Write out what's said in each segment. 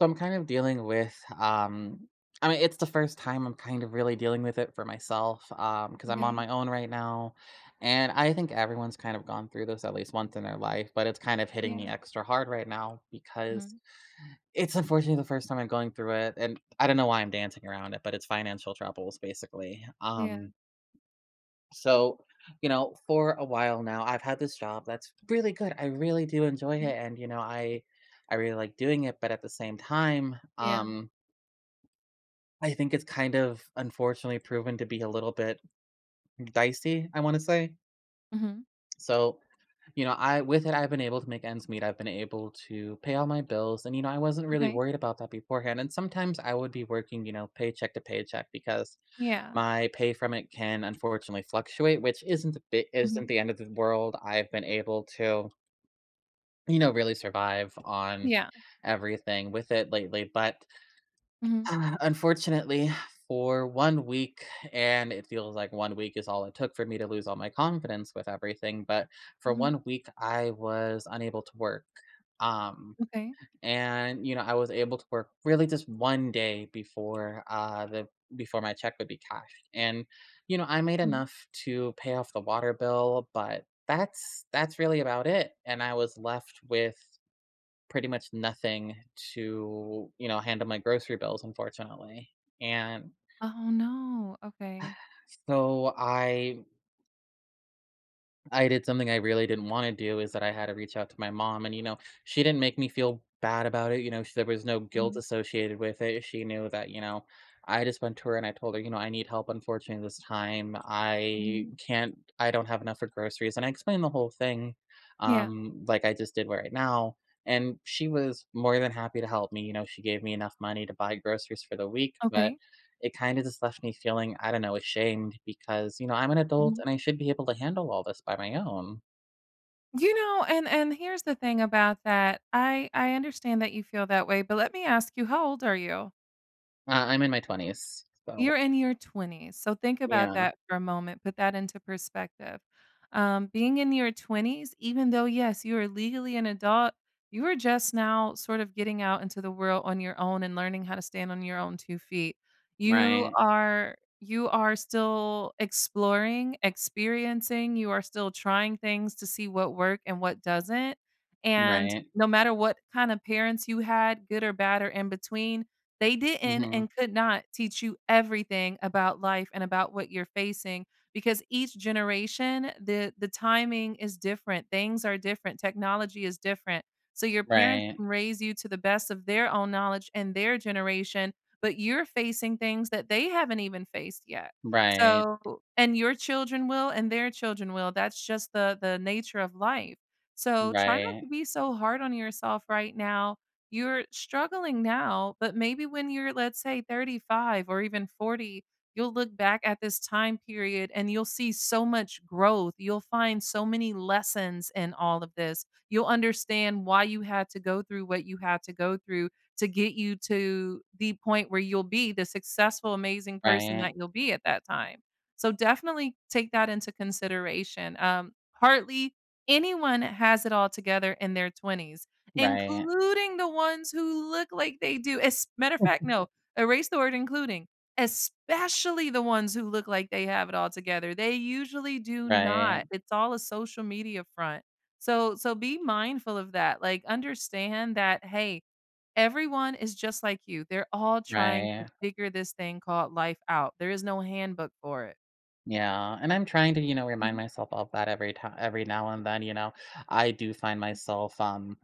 So I'm kind of dealing with Mhm. I mean it's the first time I'm kind of really dealing with it for myself cuz I'm on Okay. my own right now, and I think everyone's kind of gone through this at least once in their life, but it's kind of hitting Yeah. me extra hard right now because Mhm. it's unfortunately the first time I'm going through it, and I don't know why I'm dancing around it, but it's financial troubles basically. Yeah. Um so, you know, for a while now, I've had this job that's really good. I really do enjoy Mhm. it, and you know, I really like doing it. But at the same time, Yeah. I think it's kind of unfortunately proven to be a little bit dicey, I want to say. Mhm. So, you know, I with it, I've been able to make ends meet. I've been able to pay all my bills, and you know, I wasn't really Okay. worried about that beforehand. And sometimes I would be working, you know, paycheck to paycheck because Yeah. my pay from it can unfortunately fluctuate, which isn't Mhm. the end of the world. I've been able to, you know, really survive on Yeah. everything with it lately, but Mhm. Unfortunately, for 1 week, and it feels like 1 week is all it took for me to lose all my confidence with everything, but for Mhm. 1 week, I was unable to work. Um Okay. and, you know, I was able to work really just one day before my check would be cashed. And, you know, I made Mhm. enough to pay off the water bill, but that's really about it. And I was left with pretty much nothing to, you know, handle my grocery bills, unfortunately. And Oh, no. Okay. so I did something I really didn't wanna do, is that I had to reach out to my mom and, you know, she didn't make me feel bad about it. You know, sh there was no guilt Mhm. associated with it. She knew that, you know, I just went to her and I told her, you know, "I need help, unfortunately, this time. Mhm. I don't have enough for groceries," and I explained the whole thing, Yeah. Like I just did right now, and she was more than happy to help me. You know, she gave me enough money to buy groceries for the week, but Okay. it kinda just left me feeling, I don't know, ashamed because, you know, I'm an adult Mhm. and I should be able to handle all this by my own. You know, and here's the thing about that. I understand that you feel that way, but let me ask you, how old are you? I'm in my 20s, You're so in your 20s, so think about yeah. that for a moment, put that into perspective. Being in your 20s, even though, yes, you are legally an adult, you are just now sort of getting out into the world on your own and learning how to stand on your own 2 feet. You Right. are you are still exploring, experiencing, you are still trying things to see what work and what doesn't, and Right. no matter what kind of parents you had, good or bad or in between, they didn't Mhm. and could not teach you everything about life and about what you're facing because each generation, the timing is different, things are different, technology is different. So your parents Right. can raise you to the best of their own knowledge and their generation, but you're facing things that they haven't even faced yet. Right. So and your children will and their children will. That's just the nature of life. So try not to Right. be so hard on yourself right now. You're struggling now, but maybe when you're, let's say, 35 or even 40, you'll look back at this time period and you'll see so much growth. You'll find so many lessons in all of this. You'll understand why you had to go through what you had to go through to get you to the point where you'll be the successful, amazing person that Right. you'll be at that time. So definitely take that into consideration. Partly, anyone has it all together in their 20s Right. including the ones who look like they do. As matter of fact, no, erase the word including, especially the ones who look like they have it all together. They usually do Right. not. It's all a social media front. So be mindful of that. Like understand that hey, everyone is just like you. They're all trying to Right. figure this thing called life out. There is no handbook for it. Yeah, and I'm trying to, you know, remind Mhm. myself of that every time, every now and then, you know? I do find myself,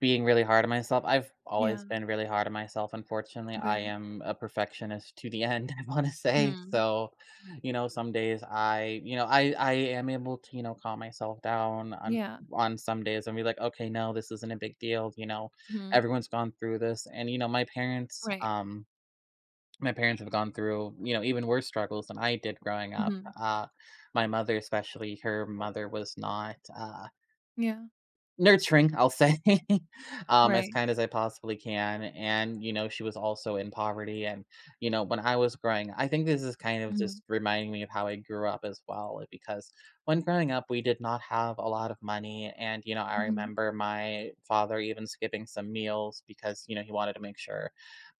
being really hard on myself. I've Yeah. always been really hard on myself, unfortunately. I Okay. am a perfectionist to the end, I wanna say. Mhm. So, you know, some days I you know, I am able to, you know, calm myself down on Yeah. Some days and be like, "Okay, no, this isn't a big deal." You know, Mhm. everyone's gone through this, and, you know, my parents, Right. um my parents have gone through, you know, even worse struggles than I did growing up. Mhm. My mother especially, her mother was not, Yeah. nurturing, I'll say, as Right. kind as I possibly can, and, you know, she was also in poverty, and, you know, when I was growing I think this is kind of Mhm. just reminding me of how I grew up as well, like, because when growing up, we did not have a lot of money, and, you know, I Mhm. remember my father even skipping some meals because, you know, he wanted to make sure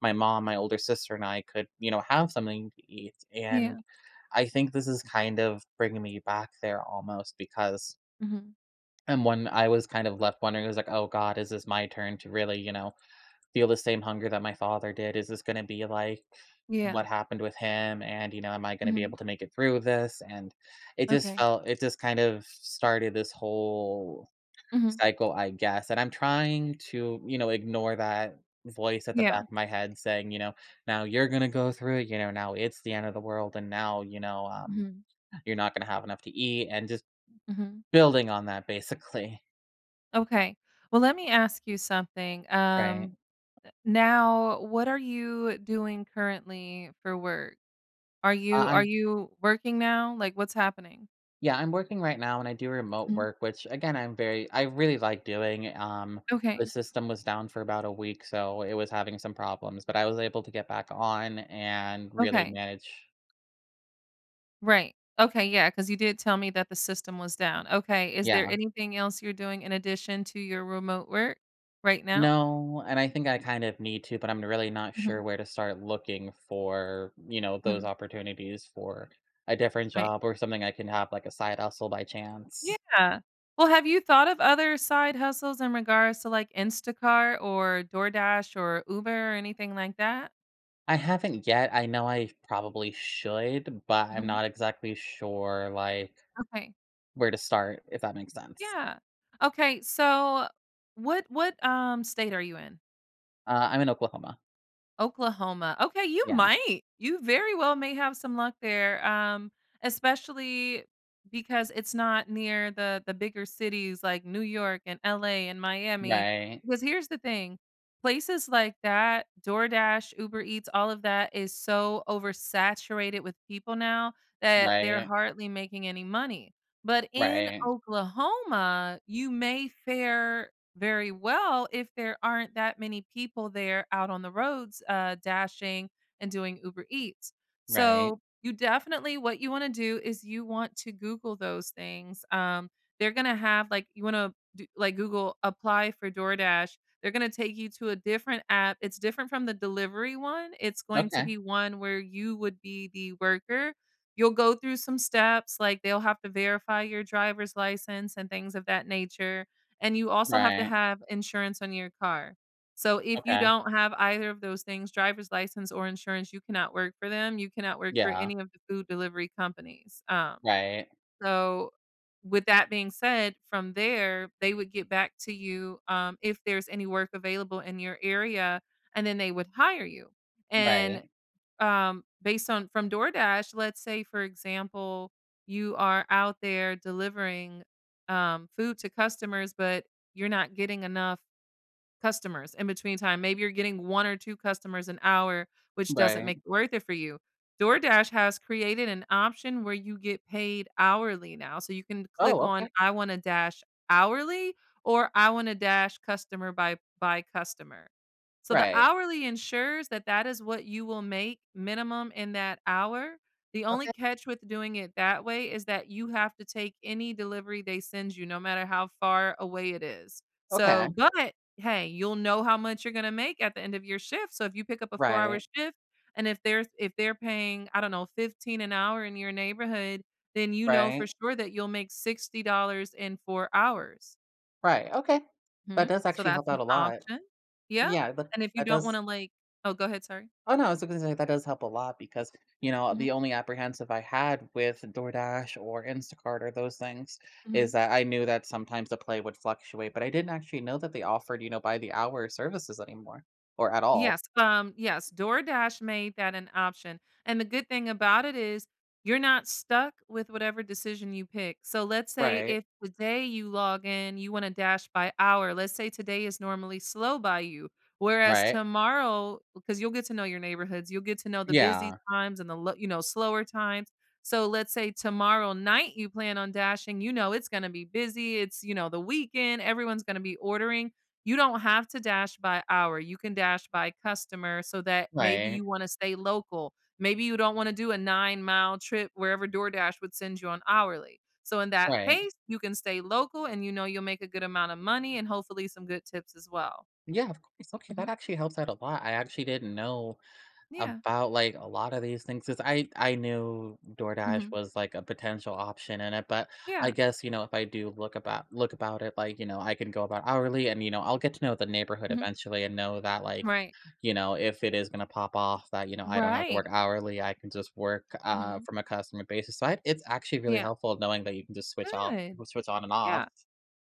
my mom, my older sister, and I could, you know, have something to eat. Yeah. And I think this is kind of bringing me back there almost, because Mhm. and when I was kind of left wondering, it was like, "Oh god, is this my turn to really, you know, feel the same hunger that my father did? Is this gonna be like Yeah. what happened with him? And, you know, am I gonna be Mhm. able to make it through this?" And Okay. It just kind of started this whole Mhm. cycle, I guess. And I'm trying to, you know, ignore that voice at the Yeah. back of my head saying, you know, now you're gonna go through it, you know, now it's the end of the world, and now, you know, Mhm. you're not gonna have enough to eat, and just Mhm. building on that basically. Okay. Well, let me ask you something. Right. Now, what are you doing currently for work? Are you are I'm you working now? Like, what's happening? Yeah, I'm working right now, and I do remote Mhm. work, which again, I really like doing. The Okay. system was down for about a week, so it was having some problems, but I was able to get back on and really Okay. manage. Right. Okay. Yeah. Because you did tell me that the system was down. Okay. Is there Yeah. anything else you're doing in addition to your remote work right now? No, and I think I kind of need to, but I'm really not Mhm. sure where to start looking for, you know, those Mhm. opportunities for a different Right. job or something I can have like a side hustle by chance. Yeah. Well, have you thought of other side hustles in regards to, like, Instacart or DoorDash or Uber or anything like that? I haven't yet. I know I probably should, but I'm Mhm. not exactly sure like Okay. where to start, if that makes sense. Yeah. Okay, so what state are you in? I'm in Oklahoma. Oklahoma. Okay, you Yeah. might. You very well may have some luck there. Especially because it's not near the bigger cities like New York and LA and Miami. Right. Because here's the thing. Places like that, DoorDash, Uber Eats, all of that is so oversaturated with people now that they're Right. hardly making any money. But in Right. Oklahoma, you may fare very well if there aren't that many people there out on the roads dashing and doing Uber Eats. Right. So you definitely what you want to do is you want to Google those things. They're gonna have like you want to do, like Google apply for DoorDash. They're gonna take you to a different app. It's different from the delivery one. It's going to Okay. be one where you would be the worker. You'll go through some steps, like they'll have to verify your driver's license and things of that nature, and you also have to Right. have insurance on your car. So if you Okay. don't have either of those things, driver's license or insurance, you cannot work for them. You cannot work for Yeah. any of the food delivery companies. Right. So with that being said, from there, they would get back to you if there's any work available in your area, and then they would hire you. And Right. Based on from DoorDash, let's say, for example, you are out there delivering food to customers, but you're not getting enough customers in between time. Maybe you're getting one or two customers an hour, which doesn't Right. make it worth it for you. DoorDash has created an option where you get paid hourly now. So you can click Oh, on okay. I want to dash hourly or I want to dash customer by customer. So the Right. hourly ensures that that is what you will make minimum in that hour. The only Okay. catch with doing it that way is that you have to take any delivery they send you, no matter how far away it is. So, Okay. but hey, you'll know how much you're gonna make at the end of your shift. So if you pick up a 4 hour Right. shift and if they're paying, I don't know, 15 an hour in your neighborhood, then you know for Right. sure that you'll make $60 in 4 hours. Right. Okay. That Mhm. does So actually that's help out an a lot. option. Yep, Yeah, that and if you that don't does. wanna, like, oh, go ahead, sorry. Oh, no, I was gonna say that does help a lot because, you know, Mhm, the only apprehensive I had with DoorDash or Instacart or those things mhm. is that I knew that sometimes the play would fluctuate, but I didn't actually know that they offered, you know, by the hour services anymore or at all. Yes, yes, DoorDash made that an option, and the good thing about it is you're not stuck with whatever decision you pick. So let's say Right. if today you log in, you wanna dash by hour, let's say today is normally slow by you, whereas Right. tomorrow because you'll get to know your neighborhoods, you'll get to know the busy Yeah. times and the slower times. So let's say tomorrow night you plan on dashing, you know it's gonna be busy, it's, you know, the weekend, everyone's gonna be ordering, you don't have to dash by hour, you can dash by customer so that maybe Right. you wanna stay local. Maybe you don't wanna do a 9-mile trip wherever DoorDash would send you on hourly. So in that Right. case, you can stay local and you know you'll make a good amount of money and hopefully some good tips as well. Yeah, of course. Okay, Mhm. that actually helps out a lot. I actually didn't know Yeah. about, like, a lot of these things 'cause I knew DoorDash Mhm. was, like, a potential option in it, but I Yeah. guess, you know, if I do look about it, like, you know, I can go about hourly and, you know, I'll get to know the neighborhood Mhm. eventually and know that, like, Right. you know, if it is gonna pop off, that, you know, I don't have to Right. work hourly, I can just work, Mhm. from a customer basis side. It's actually really Yeah. helpful knowing that you can just Good. switch on and Yeah. off.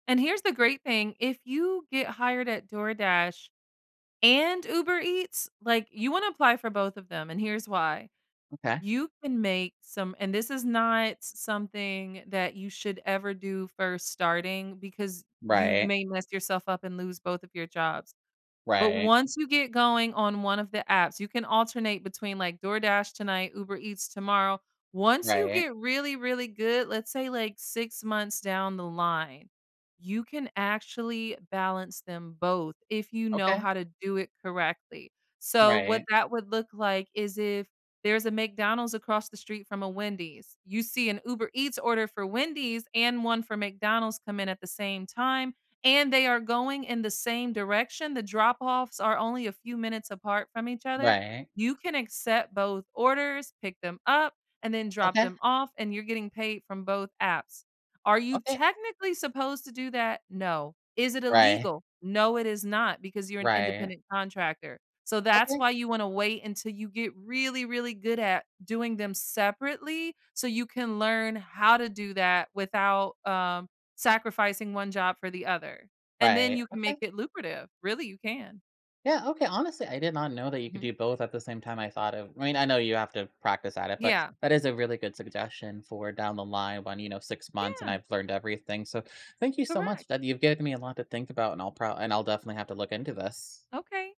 And here's the great thing, if you get hired at DoorDash and Uber Eats, like, you wanna apply for both of them, and here's why. Okay. You can make some and this is not something that you should ever do first starting because you Right. may mess yourself up and lose both of your jobs. But Right. once you get going on one of the apps, you can alternate between, like, DoorDash tonight, Uber Eats tomorrow. Once you Right. get really, really good, let's say, like, 6 months down the line, you can actually balance them both if you know Okay. how to do it correctly. So, what Right. that would look like is if there's a McDonald's across the street from a Wendy's, you see an Uber Eats order for Wendy's and one for McDonald's come in at the same time, and they are going in the same direction, the drop-offs are only a few minutes apart from each other, Right. you can accept both orders, pick them up, and then drop Okay. them off, and you're getting paid from both apps. Are you Okay. technically supposed to do that? No. Is it Right. illegal? No, it is not because you're an Right. independent contractor. So that's Okay. why you wanna wait until you get really, really good at doing them separately so you can learn how to do that without, sacrificing one job for the other, and then Right. you can make Okay. it lucrative. Really, you can. Yeah. Okay. Honestly, I did not know that you could Mhm. do both at the same time. I thought of, I mean, I know you have to practice at it, but Yeah. that is a really good suggestion for down the line when, you know, 6 months and Yeah, I've learned everything. So thank you so correct. much, that you've given me a lot to think about, and I'll definitely have to look into this. Okay.